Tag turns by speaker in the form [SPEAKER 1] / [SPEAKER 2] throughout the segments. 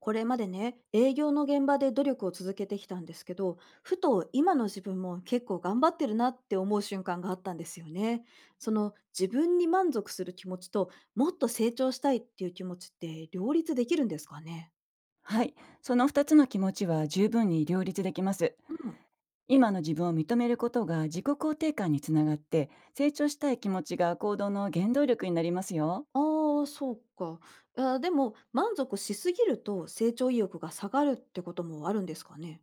[SPEAKER 1] これまでね、営業の現場で努力を続けてきたんですけど、ふと今の自分も結構頑張ってるなって思う瞬間があったんですよね。その自分に満足する気持ちと、もっと成長したいっていう気持ちって両立できるんですかね。
[SPEAKER 2] はい、その2つの気持ちは十分に両立できます。
[SPEAKER 1] うん。
[SPEAKER 2] 今の自分を認めることが自己肯定感につながって、成長したい気持ちが行動の原動力になりますよ。
[SPEAKER 1] ああ、そうか。いやでも、満足しすぎると成長意欲が下がるってこともあるんですかね。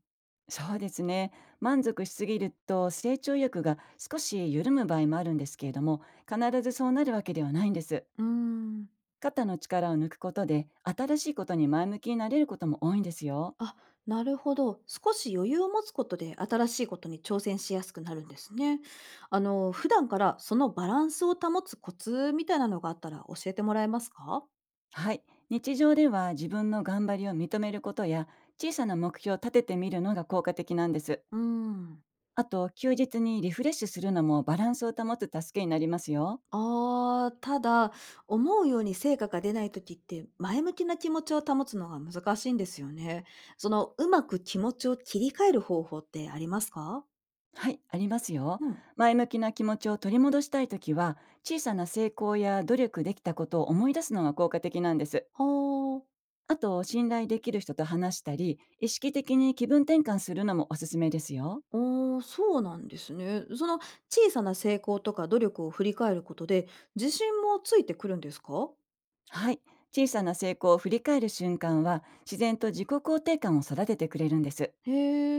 [SPEAKER 2] そうですね。満足しすぎると成長欲が少し緩む場合もあるんですけれども、必ずそうなるわけではないんです。
[SPEAKER 1] うーん。
[SPEAKER 2] 肩の力を抜くことで、新しいことに前向きになれることも多いんですよ。
[SPEAKER 1] あ、なるほど。少し余裕を持つことで新しいことに挑戦しやすくなるんですね。あの、普段からそのバランスを保つコツみたいなのがあったら教えてもらえますか。
[SPEAKER 2] はい。日常では自分の頑張りを認めることや、小さな目標を立ててみるのが効果的なんです。
[SPEAKER 1] うん。
[SPEAKER 2] あと、休日にリフレッシュするのもバランスを保つ助けになりますよ。
[SPEAKER 1] あー、ただ、思うように成果が出ない時って前向きな気持ちを保つのが難しいんですよね。その、うまく気持ちを切り替える方法ってありますか。
[SPEAKER 2] はい、ありますよ。
[SPEAKER 1] うん。
[SPEAKER 2] 前向きな気持ちを取り戻したいときは、小さな成功や努力できたことを思い出すのが効果的なんです。
[SPEAKER 1] はー。
[SPEAKER 2] あと、信頼できる人と話したり、意識的に気分転換するのもおすすめですよ。
[SPEAKER 1] ああ、そうなんですね。その小さな成功とか努力を振り返ることで自信もついてくるんですか。
[SPEAKER 2] はい、小さな成功を振り返る瞬間は、自然と自己肯定感を育ててくれるんです。
[SPEAKER 1] へ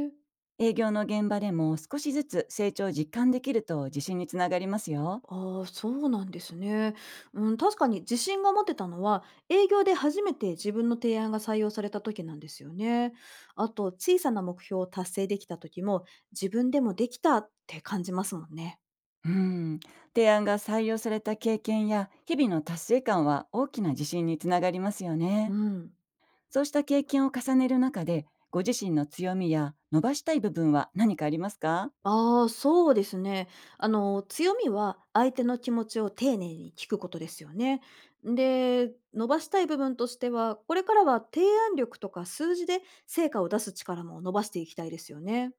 [SPEAKER 1] え。
[SPEAKER 2] 営業の現場でも少しずつ成長を実感できると自信につながりますよ。
[SPEAKER 1] ああ、そうなんですね。うん、確かに自信が持てたのは営業で初めて自分の提案が採用された時なんですよね。あと小さな目標を達成できた時も自分でもできたって感じますもんね。
[SPEAKER 2] うん、提案が採用された経験や日々の達成感は大きな自信につながりますよ
[SPEAKER 1] う
[SPEAKER 2] ね。
[SPEAKER 1] ん。
[SPEAKER 2] そうした経験を重ねる中で、ご自身の強みや伸ばしたい部分は何かありますか？
[SPEAKER 1] ああ、そうですね。あの、強みは相手の気持ちを丁寧に聞くことですよね。で、伸ばしたい部分としては、これからは提案力とか数字で成果を出す力も伸ばしていきたいですよね。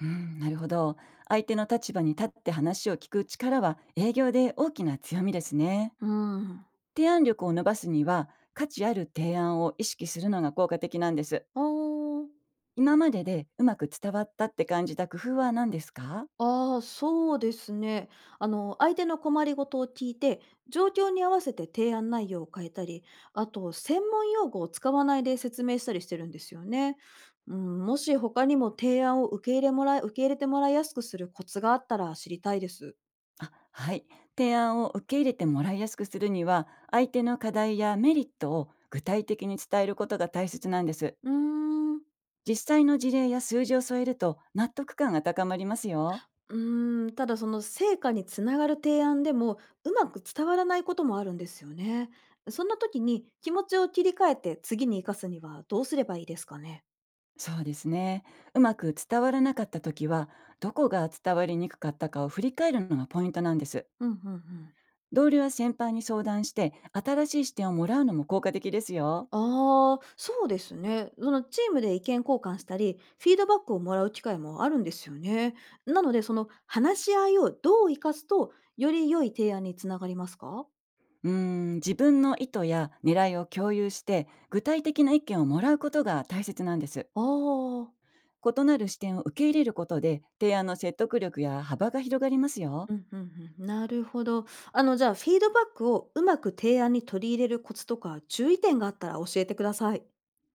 [SPEAKER 2] うん、なるほど。相手の立場に立って話を聞く力は営業で大きな強みですね。
[SPEAKER 1] うん。
[SPEAKER 2] 提案力を伸ばすには価値ある提案を意識するのが効果的なんです。
[SPEAKER 1] おあ。
[SPEAKER 2] 今まででうまく伝わったって感じた工夫は何ですか？
[SPEAKER 1] ああ、そうですね。あの、相手の困りごとを聞いて、状況に合わせて提案内容を変えたり、あと、専門用語を使わないで説明したりしてるんですよね。うん、もし他にも提案を受け入れもらい、受け入れてもらいやすくするコツがあったら知りたいです。
[SPEAKER 2] あ、はい。提案を受け入れてもらいやすくするには、相手の課題やメリットを具体的に伝えることが大切なんです。
[SPEAKER 1] うーん、
[SPEAKER 2] 実際の事例や数字を添えると納得感が高まりますよ。
[SPEAKER 1] うーん、ただその成果につながる提案でも、うまく伝わらないこともあるんですよね。そんな時に気持ちを切り替えて次に生かすにはどうすればいいですかね。
[SPEAKER 2] そうですね。うまく伝わらなかった時は、どこが伝わりにくかったかを振り返るのがポイントなんです。
[SPEAKER 1] うんうんうん。
[SPEAKER 2] 同僚や先輩に相談して、新しい視点をもらうのも効果的ですよ。
[SPEAKER 1] ああ、そうですね。そのチームで意見交換したり、フィードバックをもらう機会もあるんですよね。なので、その話し合いをどう生かすと、より良い提案につながりますか。
[SPEAKER 2] うーん、自分の意図や狙いを共有して、具体的な意見をもらうことが大切なんです。
[SPEAKER 1] ああー、
[SPEAKER 2] 異なる視点を受け入れることで、提案の説得力や幅が広がりますよ。
[SPEAKER 1] うんうんうん。なるほど。あの、じゃあ、フィードバックをうまく提案に取り入れるコツとか、注意点があったら教えてください。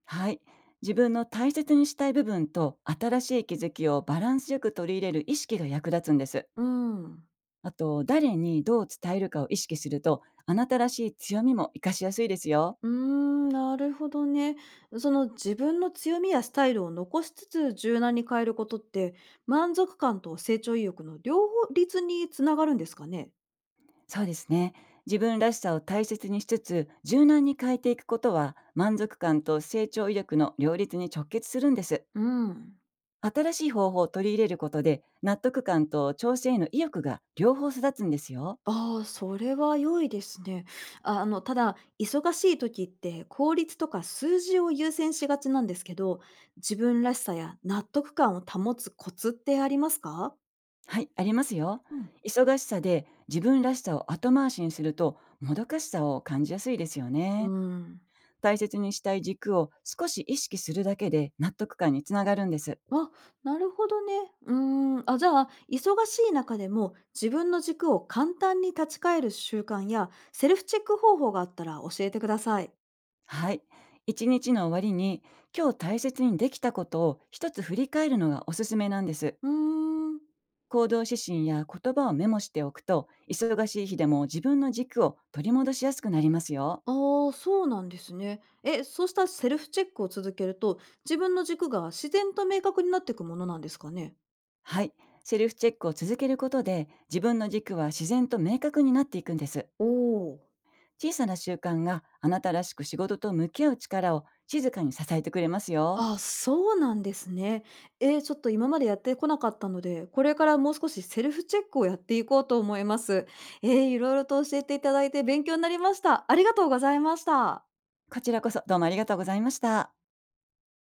[SPEAKER 2] はい。自分の大切にしたい部分と新しい気づきをバランスよく取り入れる意識が役立つんです。
[SPEAKER 1] うん。
[SPEAKER 2] あと、誰にどう伝えるかを意識すると、あなたらしい強みも活かしやすいですよ。
[SPEAKER 1] うーん、なるほどね。その自分の強みやスタイルを残しつつ柔軟に変えることって満足感と成長意欲の両立につながるんですかね？
[SPEAKER 2] そうですね。自分らしさを大切にしつつ、柔軟に変えていくことは、満足感と成長意欲の両立に直結するんです。
[SPEAKER 1] うん。
[SPEAKER 2] 新しい方法を取り入れることで、納得感と挑戦への意欲が両方育つんですよ。
[SPEAKER 1] ああ、それは良いですね。ああの、ただ、忙しい時って効率とか数字を優先しがちなんですけど、自分らしさや納得感を保つコツってありますか？
[SPEAKER 2] はい、ありますよ。
[SPEAKER 1] うん。
[SPEAKER 2] 忙しさで自分らしさを後回しにすると、もどかしさを感じやすいですよ
[SPEAKER 1] う
[SPEAKER 2] ね。
[SPEAKER 1] ーん。
[SPEAKER 2] 大切にしたい軸を少し意識するだけで納得感につながるんです。
[SPEAKER 1] あ、なるほどね。うーん。あ、じゃあ、忙しい中でも自分の軸を簡単に立ち返る習慣やセルフチェック方法があったら教えてください。
[SPEAKER 2] はい。一日の終わりに、今日大切にできたことを一つ振り返るのがおすすめなんです。
[SPEAKER 1] うーん。
[SPEAKER 2] 行動指針や言葉をメモしておくと、忙しい日でも自分の軸を取り戻しやすくなりますよ。
[SPEAKER 1] ああ、そうなんですね。え、そうしたセルフチェックを続けると、自分の軸が自然と明確になっていくものなんですかね。
[SPEAKER 2] はい。セルフチェックを続けることで、自分の軸は自然と明確になっていくんです。
[SPEAKER 1] おおー。
[SPEAKER 2] 小さな習慣があなたらしく仕事と向き合う力を静かに支えてくれますよ。
[SPEAKER 1] あ、そうなんですね。ちょっと今までやってこなかったので、これからもう少しセルフチェックをやっていこうと思います。いろいろと教えていただいて勉強になりました。ありがとうございました。
[SPEAKER 2] こちらこそどうもありがとうございました。